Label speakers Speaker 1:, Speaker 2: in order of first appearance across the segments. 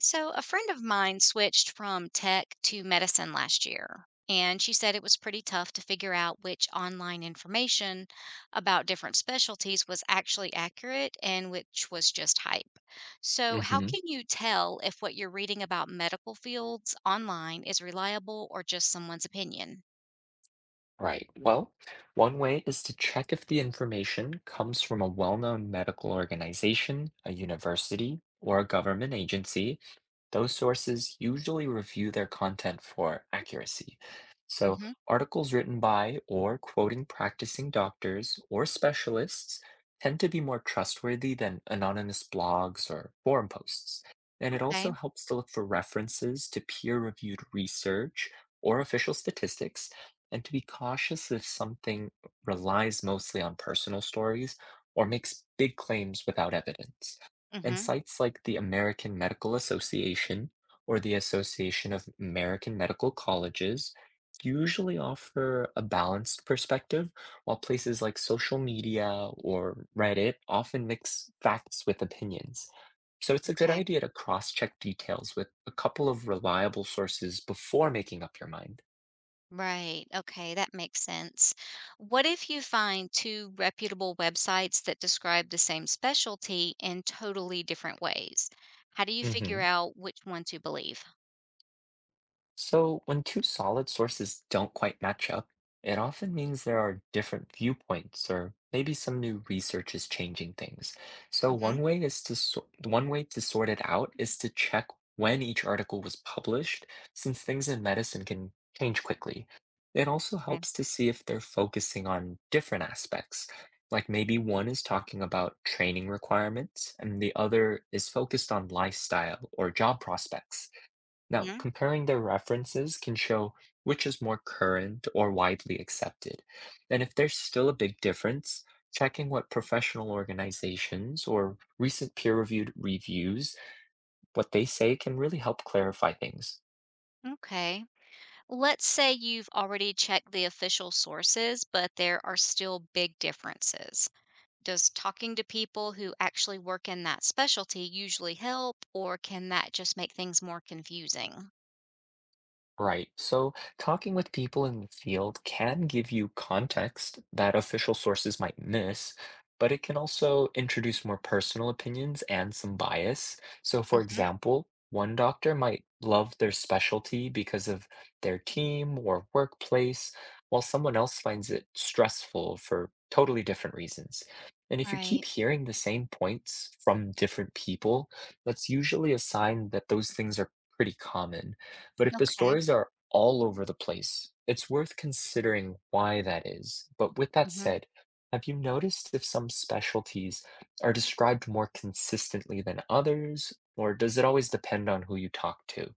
Speaker 1: So, a friend of mine switched from tech to medicine last year, and she said it was pretty tough to figure out which online information about different specialties was actually accurate and which was just hype. So, how
Speaker 2: hmm
Speaker 1: can you tell if what you're reading about medical fields online is reliable or just someone's opinion?
Speaker 2: Right. Well, one way is to check if the information comes from a well-known medical organization, a university, or a government agency. Those sources usually review their content for accuracy. So,
Speaker 1: Hmm.
Speaker 2: articles written by or quoting practicing doctors or specialists tend to be more trustworthy than anonymous blogs or forum posts. And it
Speaker 1: Okay.
Speaker 2: also helps to look for references to peer-reviewed research or official statistics and to be cautious if something relies mostly on personal stories or makes big claims without evidence. And
Speaker 1: Hmm.
Speaker 2: sites like the American Medical Association or the Association of American Medical Colleges usually offer a balanced perspective, while places like social media or Reddit often mix facts with opinions. So it's a good idea to cross check details with a couple of reliable sources before making up your mind.
Speaker 1: Right. Okay, that makes sense. What if you find two reputable websites that describe the same specialty in totally different ways? How do you figure
Speaker 2: Mhm.
Speaker 1: out which one to believe?
Speaker 2: So, when two solid sources don't quite match up, it often means there are different viewpoints or maybe some new research is changing things. So,
Speaker 1: Hmm.
Speaker 2: one way to sort it out is to check when each article was published, since things in medicine can change quickly. It also
Speaker 1: Okay.
Speaker 2: helps to see if they're focusing on different aspects. Like maybe one is talking about training requirements and the other is focused on lifestyle or job prospects. Now,
Speaker 1: Hmm.
Speaker 2: comparing their references can show which is more current or widely accepted. And if there's still a big difference, checking what professional organizations or recent peer-reviewed reviews, what they say can really help clarify things.
Speaker 1: Okay. Let's say you've already checked the official sources, but there are still big differences. Does talking to people who actually work in that specialty usually help, or can that just make things more confusing?
Speaker 2: Right. So talking with people in the field can give you context that official sources might miss, but it can also introduce more personal opinions and some bias. So, for
Speaker 1: Hmm.
Speaker 2: example, one doctor might love their specialty because of their team or workplace, while someone else finds it stressful for totally different reasons. And if you keep
Speaker 1: Right.
Speaker 2: hearing the same points from different people, that's usually a sign that those things are pretty common. But if the
Speaker 1: Okay.
Speaker 2: stories are all over the place, it's worth considering why that is. But with that said, have you noticed if some specialties are described more consistently than others, or does it always depend on who you talk to?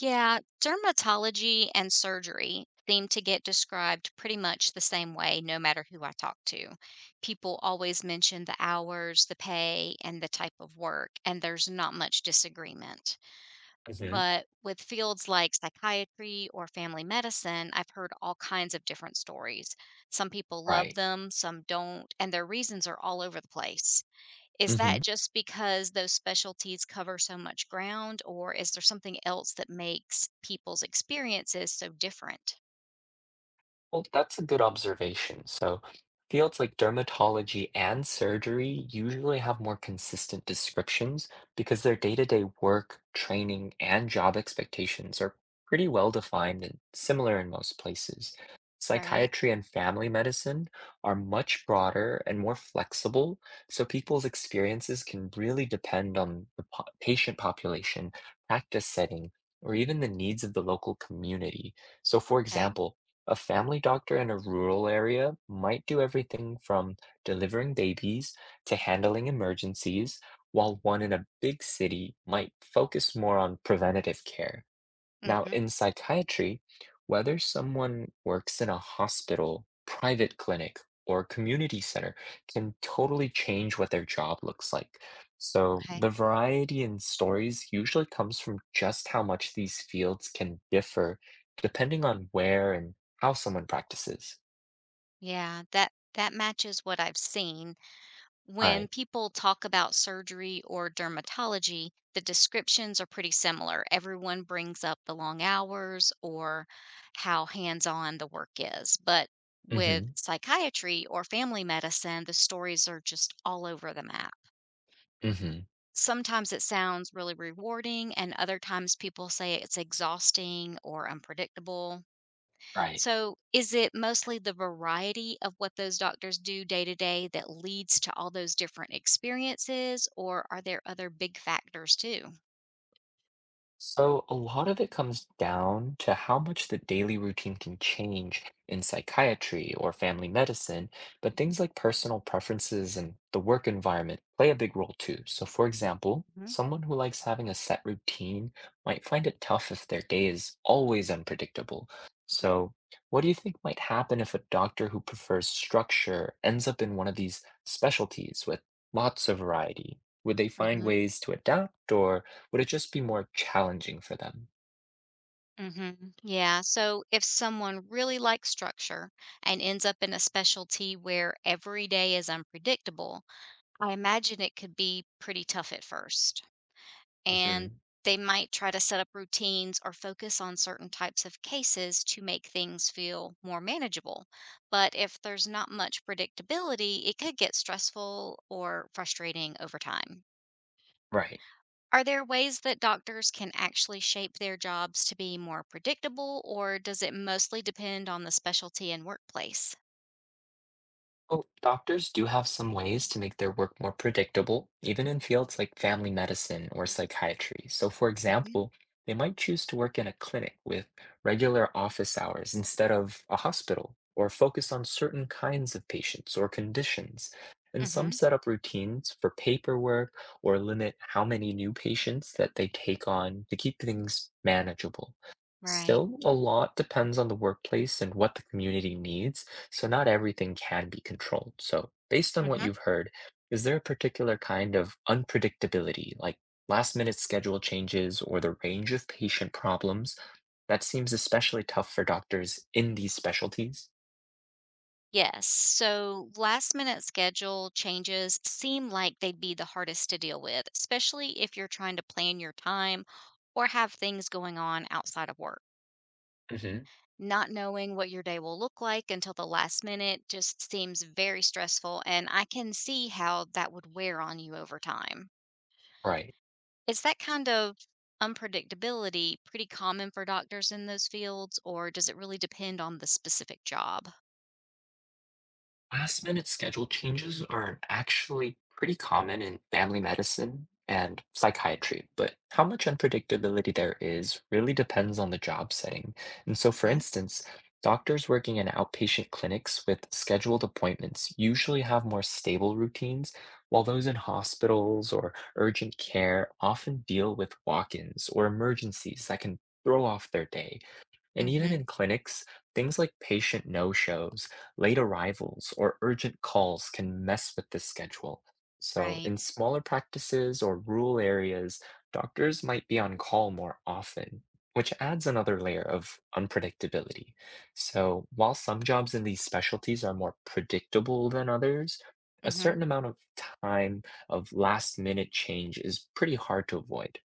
Speaker 1: Yeah, dermatology and surgery seem to get described pretty much the same way no matter who I talk to. People always mention the hours, the pay, and the type of work, and there's not much disagreement.
Speaker 2: hmm
Speaker 1: But with fields like psychiatry or family medicine, I've heard all kinds of different stories. Some people love
Speaker 2: Right.
Speaker 1: them, some don't, and their reasons are all over the place. Is
Speaker 2: hmm
Speaker 1: that just because those specialties cover so much ground, or is there something else that makes people's experiences so different?
Speaker 2: Well, that's a good observation. So, fields like dermatology and surgery usually have more consistent descriptions because their day-to-day work, training, and job expectations are pretty well defined and similar in most places.
Speaker 1: Right.
Speaker 2: Psychiatry and family medicine are much broader and more flexible, so people's experiences can really depend on the patient population, practice setting, or even the needs of the local community. So, for
Speaker 1: Okay.
Speaker 2: example, a family doctor in a rural area might do everything from delivering babies to handling emergencies, while one in a big city might focus more on preventative care. Now,
Speaker 1: Hmm.
Speaker 2: in psychiatry, whether someone works in a hospital, private clinic, or community center can totally change what their job looks like. So,
Speaker 1: Okay.
Speaker 2: the variety in stories usually comes from just how much these fields can differ depending on where and how someone practices.
Speaker 1: Yeah. That matches what I've seen. When
Speaker 2: Right.
Speaker 1: people talk about surgery or dermatology, the descriptions are pretty similar. Everyone brings up the long hours or how hands on the work is. But with
Speaker 2: Mm-hmm.
Speaker 1: psychiatry or family medicine, the stories are just all over the map.
Speaker 2: Mm-hmm.
Speaker 1: Sometimes it sounds really rewarding, and other times people say it's exhausting or unpredictable.
Speaker 2: Right.
Speaker 1: So, is it mostly the variety of what those doctors do day to day that leads to all those different experiences, or are there other big factors too?
Speaker 2: So, a lot of it comes down to how much the daily routine can change in psychiatry or family medicine, but things like personal preferences and the work environment play a big role too. So, for example,
Speaker 1: Mhm,
Speaker 2: someone who likes having a set routine might find it tough if their day is always unpredictable.
Speaker 1: mhm,
Speaker 2: So, what do you think might happen if a doctor who prefers structure ends up in one of these specialties with lots of variety? Would they find
Speaker 1: mhm.
Speaker 2: ways to adapt or? Would it just be more challenging for them?
Speaker 1: Mm-hmm. Yeah. So if someone really likes structure and ends up in a specialty where every day is unpredictable, I imagine it could be pretty tough at first. And
Speaker 2: Mhm.
Speaker 1: they might try to set up routines or focus on certain types of cases to make things feel more manageable. But if there's not much predictability, it could get stressful or frustrating over time.
Speaker 2: Right.
Speaker 1: Are there ways that doctors can actually shape their jobs to be more predictable, or does it mostly depend on the specialty and workplace?
Speaker 2: Well, doctors do have some ways to make their work more predictable, even in fields like family medicine or psychiatry. So, for
Speaker 1: Hmm.
Speaker 2: example, they might choose to work in a clinic with regular office hours instead of a hospital, or focus on certain kinds of patients or conditions. And some
Speaker 1: Hmm.
Speaker 2: set up routines for paperwork or limit how many new patients that they take on to keep things manageable.
Speaker 1: Right.
Speaker 2: Still, a lot depends on the workplace and what the community needs, so not everything can be controlled. So based on what
Speaker 1: Hmm.
Speaker 2: you've heard, is there a particular kind of unpredictability, like last minute schedule changes or the range of patient problems, that seems especially tough for doctors in these specialties?
Speaker 1: Yes. So last minute schedule changes seem like they'd be the hardest to deal with, especially if you're trying to plan your time or have things going on outside of work.
Speaker 2: hmm
Speaker 1: Not knowing what your day will look like until the last minute just seems very stressful, and I can see how that would wear on you over time.
Speaker 2: Right.
Speaker 1: Is that kind of unpredictability pretty common for doctors in those fields, or does it really depend on the specific job?
Speaker 2: Last minute schedule changes are actually pretty common in family medicine and psychiatry, but how much unpredictability there is really depends on the job setting. And so, for
Speaker 1: Mhm,
Speaker 2: instance, doctors working in outpatient clinics with scheduled appointments usually have more stable routines, while those in hospitals or urgent care often deal with walk ins or emergencies that can throw off their day. And even in
Speaker 1: mhm,
Speaker 2: clinics, things like patient no shows, late arrivals, or urgent calls can mess with this schedule. So,
Speaker 1: right,
Speaker 2: in smaller practices or rural areas, doctors might be on call more often, which adds another layer of unpredictability. So, while some jobs in these specialties are more predictable than others, a
Speaker 1: mhm,
Speaker 2: certain amount of time of last minute change is pretty hard to avoid.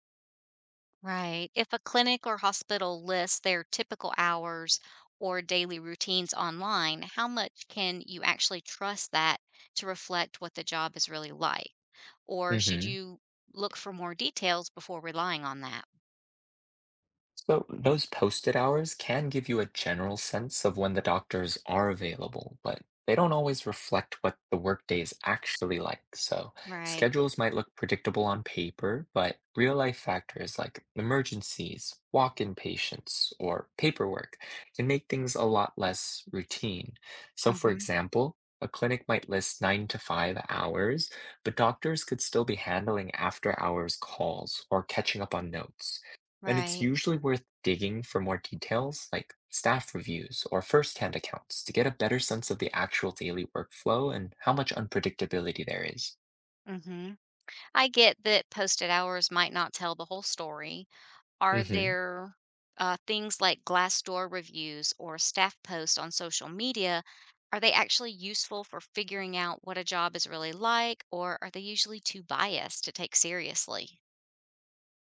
Speaker 1: right. If a clinic or hospital lists their typical hours or daily routines online, how much can you actually trust that to reflect what the job is really like? Or should
Speaker 2: Mhm.
Speaker 1: you look for more details before relying on that?
Speaker 2: So those posted hours can give you a general sense of when the doctors are available, but they don't always reflect what the workday is actually like. So
Speaker 1: Right.
Speaker 2: schedules might look predictable on paper, but real life factors like emergencies, walk-in patients, or paperwork can make things a lot less routine. So for
Speaker 1: Mhm.
Speaker 2: example, a clinic might list 9 to 5 hours, but doctors could still be handling after hours calls or catching up on notes, and it's
Speaker 1: Right.
Speaker 2: usually worth digging for more details like staff reviews or first-hand accounts to get a better sense of the actual daily workflow and how much unpredictability there is.
Speaker 1: Mhm. I get that posted hours might not tell the whole story. Are
Speaker 2: Mm-hmm.
Speaker 1: there things like Glassdoor reviews or staff posts on social media? Are they actually useful for figuring out what a job is really like, or are they usually too biased to take seriously?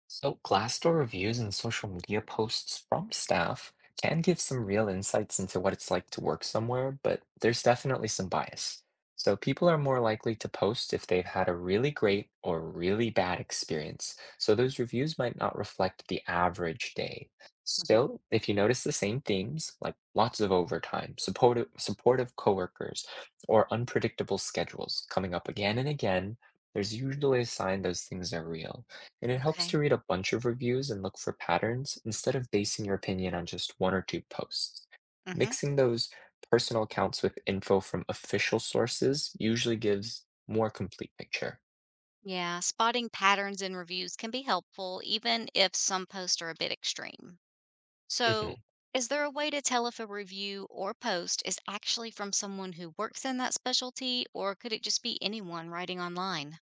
Speaker 2: So, Glassdoor reviews and social media posts from staff can give some real insights into what it's like to work somewhere, but there's definitely some bias. So, people are more likely to post if they've had a really great or really bad experience. So, those reviews might not reflect the average day.
Speaker 1: Mhm.
Speaker 2: Still, if you notice the same themes, like lots of overtime, supportive coworkers, or unpredictable schedules coming up again and again, there's usually a sign those things are real. And it helps
Speaker 1: Okay.
Speaker 2: to read a bunch of reviews and look for patterns instead of basing your opinion on just one or two posts.
Speaker 1: Hmm.
Speaker 2: Mixing those personal accounts with info from official sources usually gives more complete picture.
Speaker 1: Yeah, spotting patterns in reviews can be helpful, even if some posts are a bit extreme. So,
Speaker 2: Mhm.
Speaker 1: is there a way to tell if a review or post is actually from someone who works in that specialty, or could it just be anyone writing online?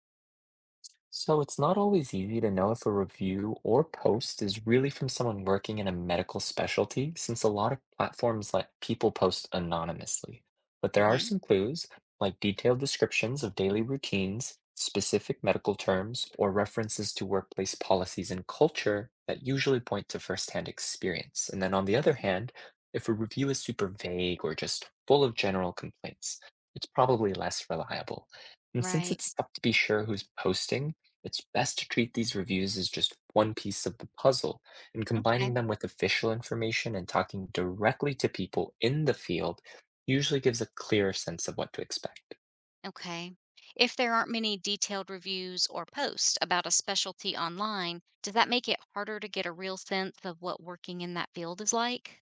Speaker 2: So it's not always easy to know if a review or post is really from someone working in a medical specialty, since a lot of platforms let people post anonymously. But there are
Speaker 1: Hmm.
Speaker 2: some clues, like detailed descriptions of daily routines, specific medical terms, or references to workplace policies and culture that usually point to firsthand experience. And then on the other
Speaker 1: Hmm.
Speaker 2: hand, if a review is super vague or just full of general complaints, it's probably less reliable. And since
Speaker 1: Right.
Speaker 2: it's tough to be sure who's posting, it's best to treat these reviews as just one piece of the puzzle, and combining
Speaker 1: Okay.
Speaker 2: them with official information and talking directly to people in the field usually gives a clearer sense of what to expect.
Speaker 1: Okay. If there aren't many detailed reviews or posts about a specialty online, does that make it harder to get a real sense of what working in that field is like?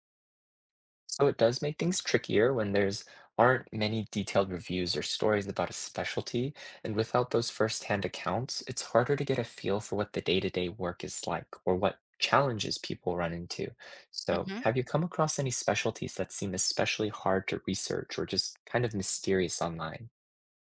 Speaker 2: So it does make things trickier when there's aren't many detailed reviews or stories about a specialty, and without those firsthand accounts, it's harder to get a feel for what the day-to-day work is like or what challenges people run into. So, have you come across any specialties that seem especially hard to research or just kind of mysterious online?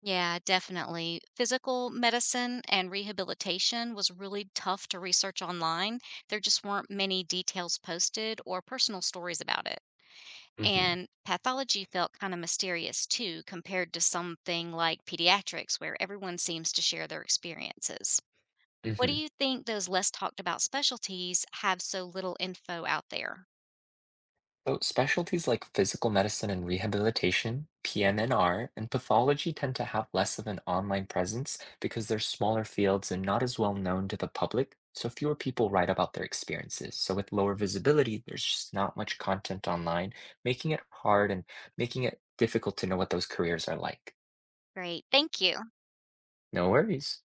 Speaker 1: Yeah, definitely. Physical medicine and rehabilitation was really tough to research online. There just weren't many details posted or personal stories about it.
Speaker 2: hmm
Speaker 1: And pathology felt kind of mysterious too, compared to something like pediatrics, where everyone seems to share their experiences. What do
Speaker 2: hmm
Speaker 1: you think those less talked about specialties have so little info out there?
Speaker 2: So specialties like physical medicine and rehabilitation, PMNR, and pathology tend to have less of an online presence because they're smaller fields and not as well known to the public, so fewer people write about their experiences. So with lower visibility, there's just not much content online, making it hard and making it difficult to know what those careers are like.
Speaker 1: Great. Thank you.
Speaker 2: No worries.